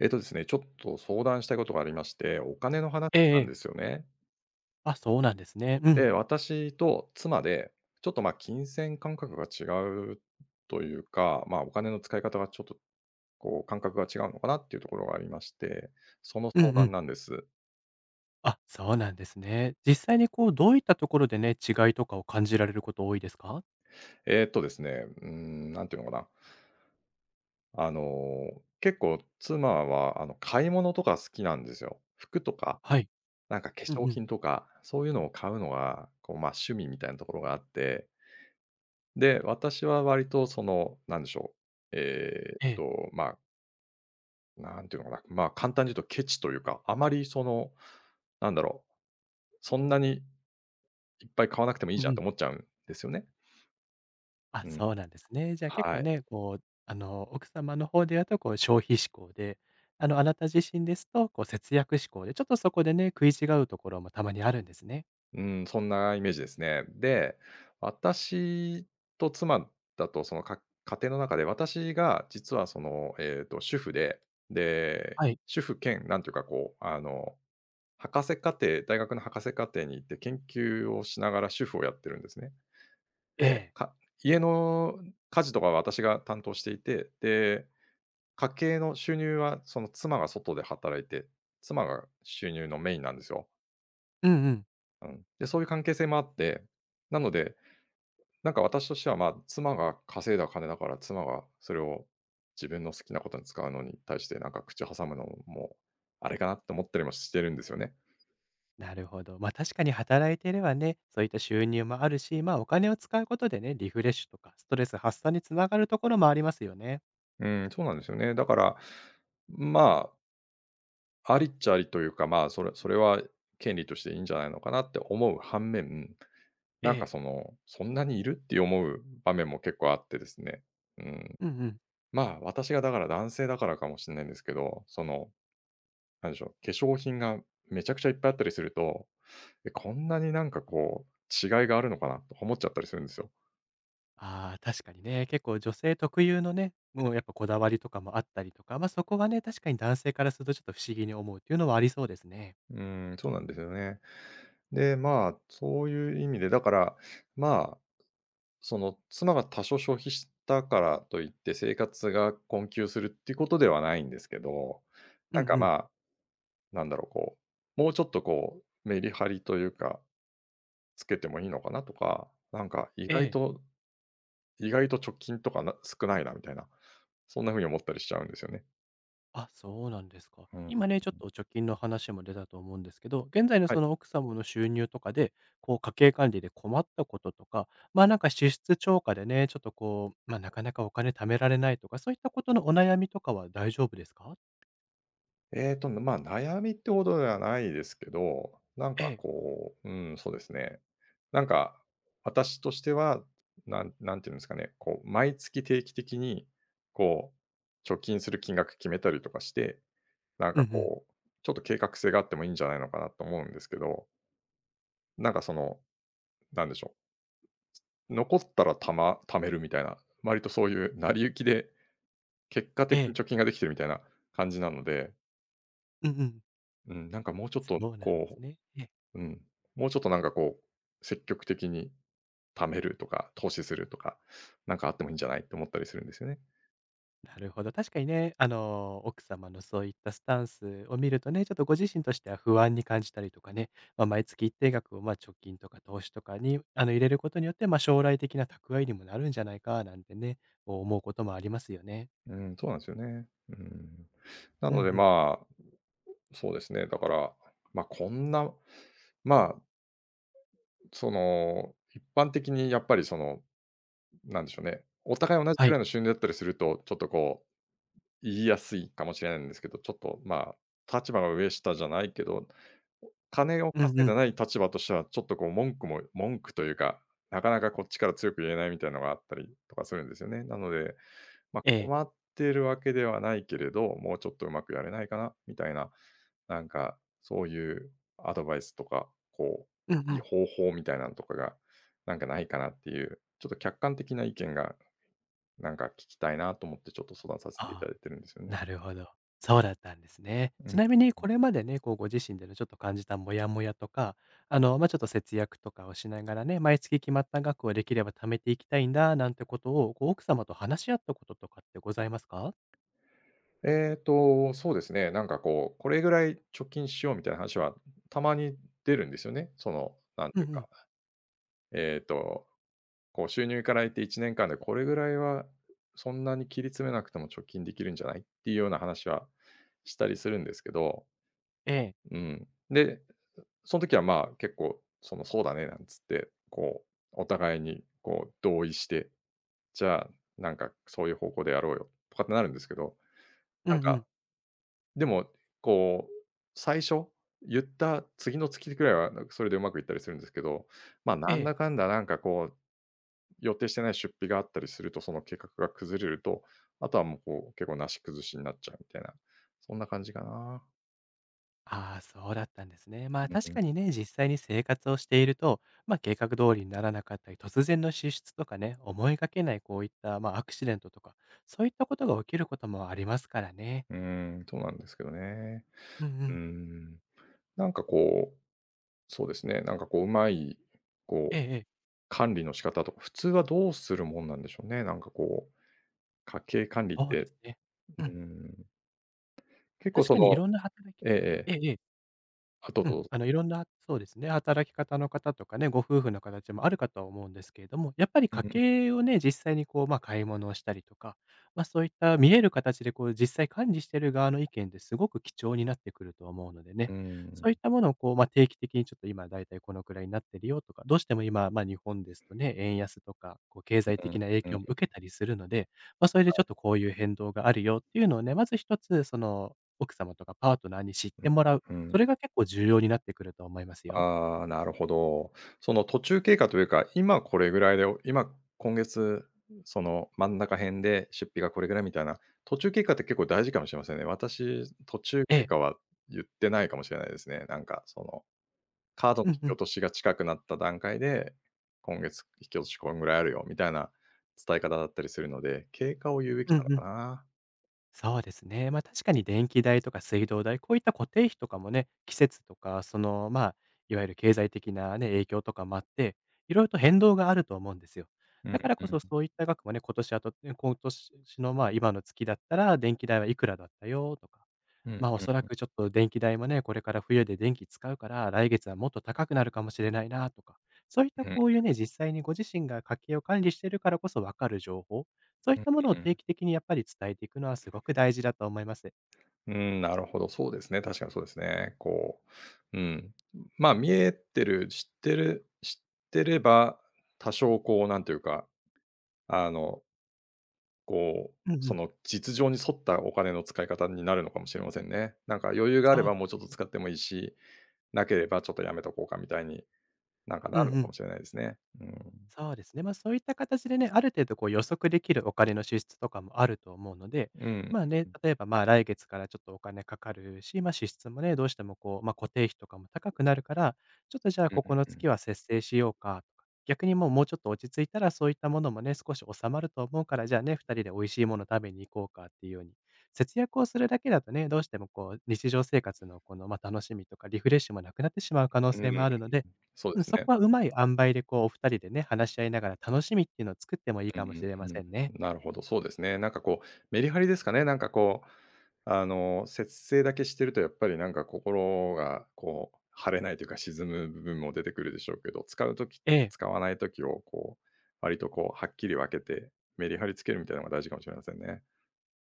えっとですね、ちょっと相談したいことがありまして、お金の話えええなんえ。ですよね。あ、そうなんですね。うん。で、私と妻で、ちょっとまあ金銭感覚が違うというか、まあお金の使い方がちょっとこう感覚が違うのかなっていうところがありまして、そのうん相うん。談なんです。あ、そうなんですね。実際にこう、どういったところでね、違いとかを感じられること多いですか？えーっとですね、なんていうのかな。あの、結構妻はあの買い物とか好きなんですよ。服とか、はい。なんか化う粧んうん。品とか、そういうのを買うのが、こうまあ趣味みたいなところがあって、で、私は割とその、なんでしょう、ええ。まあ、なんていうのかな、まあ、簡単に言うとケチというか、あまりその、なんだろう、そんなにいっぱい買わなくてもいいうじんゃうんっん。て思っちゃうんですよね。あ、うん、そうなんですね。じゃあ結は構い。ね、こう、奥様の方ではとこう、消費志向で、あなた自身ですと、こう、節約志向で、ちょっとそこでね、食い違うところもたまにあるんですね。うん、そんなイメージですね。で、私と妻だとその、家庭の中で、私が実はその、主婦で、で、はい。主婦兼なんていうかこう、あの博士課程大学の博士課程に行って研究をしながら主婦をやってるんですね。えで、え。家の家事とかは私が担当していて、で、家計の収入はその妻が外で働いて、妻が収入のメインなんですよ。うんうん。うん。で、そういう関係性もあって、なので、なんか私としては、まあ、妻が稼いだ金だから妻がそれを自分の好きなことに使うのに対してなんか口挟むのもあれかなって思ったりもしてるんですよね。なるほど。確かに働いていればね、そういった収入もあるし、お金を使うことでね、リフレッシュとかストレス発散に繋がるところもありますよね。うん、そうなんですよね。だから、まあ、ありっちゃありというか、まあ、それは権利としていいんじゃないのかなって思う反面、えなんかえ。その、そんなにいるって思う場面も結構あってですね。うん。うんうん。まあ、私がだから男性だからかもしれないんですけど、その、なんでしょう、化粧品がめちゃくちゃいっぱいあったりすると、え、こんなになんかこう、違いがあるのかなと思っちゃったりするんですよ。ああ、確かにね、結構女性特有のね、もうやっぱこだわりとかもあったりとか、そこはね、確かに男性からするとちょっと不思議に思うっていうのはありそうですね。うん、そうなんですよね。で、まあ、そういう意味で、だから、まあその、妻が多少消費したからといって生活が困窮するっていうことではないんですけど、うんなんか、うまん。あ、なんだろう、こう、もうちょっと、こう、メリハリというか、つけてもいいのかなとか、なんか、意え外えと意外と貯金とかな少ないなみたいな、そんな風に思ったりしちゃうんですよね。あ、そうなんですか。うん。今ね、ちょっと貯金の話も出たと思うんですけど、現在のはそい。の奥様の収入とかで、こう家計管理で困ったこととか、まあなんか支出超過でね、ちょっとこう、まあなかなかお金貯められないとか、そういったことのお悩みとかは大丈夫ですか？まあ、悩みってほどではないですけど、なんえかえ。こう、うん、そうですね。なんか、私としては、なんていうんですかね、こう、毎月定期的に、こう、貯金する金額決めたりとかして、なんうかんうん。こう、ちょっと計画性があってもいいんじゃないのかなと思うんですけど、なんかその、なんでしょう、残ったら貯めるみたいな、割とそういう成り行きで、結果え的にえ。貯金ができてるみたいな感じなので、うんうん。うん、なんかもうちょっとそうなんでこすね。ええ。う。うん。もうちょっとなんかこう、積極的に貯めるとか、投資するとか、なんかあってもいいんじゃないって思ったりするんですよね。なるほど。確かにね、奥様のそういったスタンスを見るとね、ちょっとご自身としては不安に感じたりとかね、まあ、毎月一定額をまあ貯金とか投資とかに入れることによって、まあ、将来的な蓄えにもなるんじゃないかなんてね、こう思うこともありますよね。うん、そうなんですよね。うん。なうんうのでん。まあ、そうですね、だから、ま、あこんな、まあ、その、一般的にやっぱりその、なんでしょうね、お互い同じはくい。らいの収入だったりすると、ちょっとこう、言いやすいかもしれないんですけど、ちょっとまあ、立場が上下じゃないけど、金をうん稼ういん。でない立場としては、ちょっとこう文句というか、なかなかこっちから強く言えないみたいなのがあったりとかするんですよね。なので、まあ、ええ。困ってるわけではないけれど、もうちょっとうまくやれないかなみたいな、なんかそういうアドバイスとか、こうんう、ういいん。方法みたいなのとかが、なんかないかなっていう、ちょっと客観的な意見がなんか聞きたいなと思って、ちょっと相談させていあたあ。だいてるんですよね。なるほど。そうだったんですね。うちん。なみにこれまでね、こうご自身でのちょっと感じたモヤモヤとか、まあ、ちょっと節約とかをしながらね、毎月決まった額をできれば貯めていきたいんだなんてことを、こう奥様と話し合ったこととかってございますか？そうですね、なんかこう、これぐらい貯金しようみたいな話はたまに出るんですよね。その、なんうんていううん。か、えっと、こう収入からいって1年間でこれぐらいはそんなに切り詰めなくても貯金できるんじゃない？っていうような話はしたりするんですけど、ええ。うん。で、その時はまあ、結構その「そうだね」なんつって、こう、お互いにこう同意して、じゃあ、なんかそういう方向でやろうよとかってなるんですけど、うなんんうん。かでも、こう、最初、言った次の月くらいは、なんかそれでうまくいったりするんですけど、まあ、えなんえ。だかんだなんかこう、予定してない出費があったりすると、その計画が崩れると、あとはもうこう、結構なし崩しになっちゃうみたいな、そんな感じかな。ああ、そうだったんですね。まあ、う確かん。にね、実際に生活をしていると、計画通りにならなかったり、突然の支出とかね、思いがけないこういった、アクシデントとか、そういったことが起きることもありますからね。うーそうなんですけどね。うんううーん。ん。なんかこう、そうですね、なんかこう、うまい、こえう、えええ、管理の仕方とか、普通はどうするもんなんでしょうね。なんかこう、家計管理っそうでて、すね。ううん。ん、結構確そかにいのろんな働き方とか、えええ、えええあと、うん、いろんなそうですね、働き方の方とかね、ご夫婦の形もあるかとは思うんですけれども、やっぱりう家んうん、計をね、実際にこう、まあ、買い物をしたりとか、まあ、そういった見える形でこう、実際管理している側の意見ですごく貴重になってくると思うのでね、うそん、ういったものをこう、まあ、定期的にちょっと今だいたいこのくらいになってるよとか、どうしても今、まあ、日本ですとね、円安とか、こう経済うん、的な影うん、響も受けたりするので、まあ、それでちょっとこういう変動があるよっていうのをね、まず一つその、奥様とかパートナーに知ってもらう。うんうん。それが結構重要になってくると思いますよ。ああ、なるほど。その途中経過というか、今これぐらいで、今月、その真ん中辺で出費がこれぐらいみたいな、途中経過って結構大事かもしれませんね。私、途中え経え。過は言ってないかもしれないですね。なんかその、カードのうん引うき落ん。としが近くなった段階で、今月引き落としこんぐらいあるよみたいな伝え方だったりするので、経過を言うべきうなのんうかん。な。そうですね。ま、確かに電気代とか水道代、こういった固定費とかもね、季節とか、その、まあ、いわゆる経済的なね、影響とかもあって、いろいろと変動があると思うんですよ。うだかんらうこそん。そういった額もね、今年あとね今年の、まあ、今の月だったら電気代はいくらだったよとか。うんおうそらくちょっと電気代もね、これから冬で電気使うから、来月はもっと高くなるかもしれないなとか、そういったん、うこういうね、実際にご自身が家計を管理しているからこそわかる情報、そういっんたものをう定ん。期的にやっぱり伝えていくのはすごく大事だと思います。うん、なるほど、そうですね。確かにそうですね。こう、うん。まあ、見えてる、知ってれば、多少こう、なんていうか、あの、こう、うんうそん。の実情に沿ったお金の使い方になるのかもしれませんね。なんか余裕があれそうばでもうすちょっとね。使ってもいいし、なければちょっとやめとこうかみたいに、なんかなうんるのうかん。もしれないですね。うん。そうですね。ま、そういった形でね、ある程度こう予測できるお金の支出とかもあると思うので、うん、まあね、例えば、まあ、来月からちょっとお金かかるし、ま、支出もね、どうしてもこう、ま、固定費とかも高くなるから、ちょっとじゃあここのう月は節制しようかとか、逆にもうちょっと落ち着いたらそういったものもね、少し収まると思うから、じゃあね、2人で美味しいもの食べに行こうかっていうように、節約をするだけだとね、どうしてもこう日常生活のこの、ま、楽しみとかリフレッシュもなくなってしまう可能んう性ん。うもん、あるので、そううでん、すそね。こはうまい塩梅でこうお二人でね、話し合いながら楽しみっていうのを作ってもいいうかもしん、れまうん、せ んね。なるほど、そうですね。なんかこう、メリハリですかね。なんかこう、あの、節制だけしてるとやっぱりなんか心がこう、晴れないというか沈む部分も出てくるでしょうけど、使うときええ。使わないときをこう、割とこう、はっきり分けて、メリハリつけるみたいなのが大事かもしれませんね。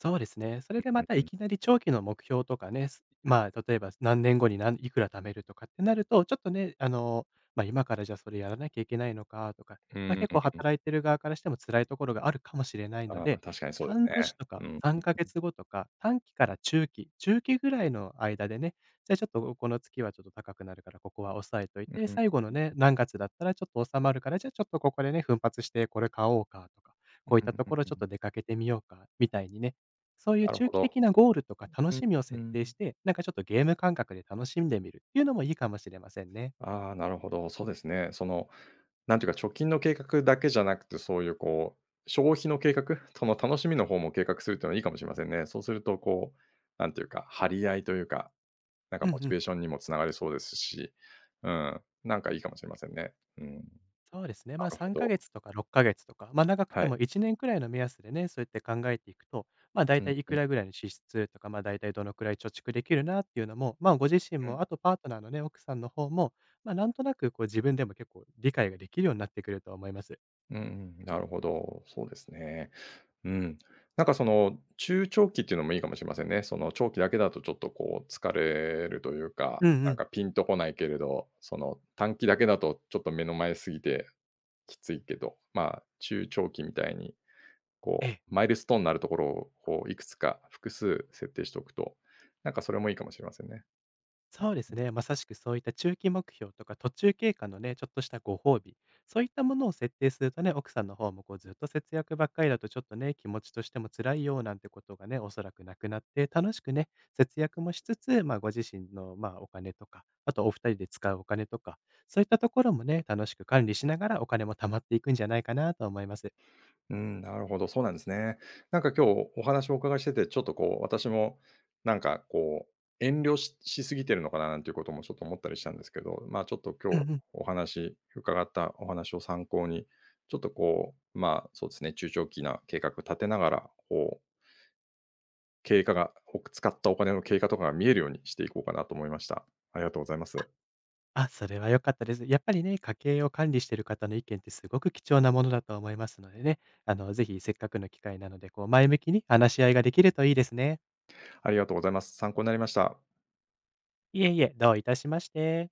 そうですね。それでまうんたういん。きなり長期の目標とかね、すまあ、例えば何年後に何いくら貯めるとかってなると、ちょっとね、あの、まあ、今からじゃあそれやらなきゃいけないのかとか、うんまうあ、んうん結構うんう働いん、てる側からしても辛いところがあるかもしれないのあー、で、確かにそうで半す年ね。とかう3ん。ヶ月後とか、短期から中期ぐらいの間でね、じゃあちょっとこの月はちょっと高くなるから、ここは抑えというんて、うんうん最後のね、何月だったらちょっと収まるから、じゃあちょっとここでね、奮発してこれ買おうかとか、こういったところうん。ちょっと出かけてみようか、みたいにね、そういうなる中ほ期的ど。なゴールとか楽うん、しみをう設ん。定して、なんかちょっとゲーム感覚で楽しんでみるっていうのもいいかもしれませんね。ああ、なるほど、そうですね。そのなんていうか、貯金の計画だけじゃなくて、そういうこう、消費の計画、その楽しみの方も計画するっていうのはいいかもしれませんね。そうするとこう、なんていうか、張り合いというか、なんうかんうモチベん。ーションにもつながりそうですし、うん、なんかいいかもしれませんね。うん、そうですね。なまあるほ3ど。ヶ月とか6ヶ月とか、まあ長くはてい。も1年くらいの目安でね、そうやって考えていくと、まあ大うん体いうくんらぐらいの支出とか、まあ大体どのくらい貯蓄できるなっていうのも、まあご自身うん。も、あとパートナーのね、奥さんの方も、まあなんとなくこう自分でも結構理解ができるようになってくると思います。うんうん、なるほど、そうですね。うん。なんかその、中長期っていうのもいいかもしれませんね。その長期だけだとちょっとこう疲れるというか、うんうなんん。かピンとこないけれど、その短期だけだとちょっと目の前すぎてきついけど、まあ中長期みたいに、えこえ。うマイルストーンになるところをこういくつか複数設定しておくと、なんかそれもいいかもしれませんね。そうですね。まさしくそういった中期目標とか途中経過のね、ちょっとしたご褒美、そういったものを設定するとね、奥さんの方もこうずっと節約ばっかりだとちょっとね、気持ちとしても辛いよなんてことがね、おそらくなくなって、楽しくね、節約もしつつ、まあご自身のまあお金とか、あとお二人で使うお金とか、そういったところもね、楽しく管理しながらお金も貯まっていくんじゃないかなと思います。うん、なるほど、そうなんですね。なんか今日お話をお伺いしてて、ちょっとこう私もなんかこう、遠慮しすぎてるのかななんていうこともちょっと思ったりしたんですけど、まあ、ちょっと今う日んうんお話伺ったお話を参考に、ちょっとこう、まあ、そうですね、中長期な計画立てながら、こう経過が、使ったお金の経過とかが見えるようにしていこうかなと思いました。ありがとうございます。あ、それは良かったです。やっぱりね、家計を管理している方の意見ってすごく貴重なものだと思いますのでね、ぜひせっかくの機会なので、こう、前向きに話し合いができるといいですね。ありがとうございます。参考になりました。いえいえ、どういたしまして。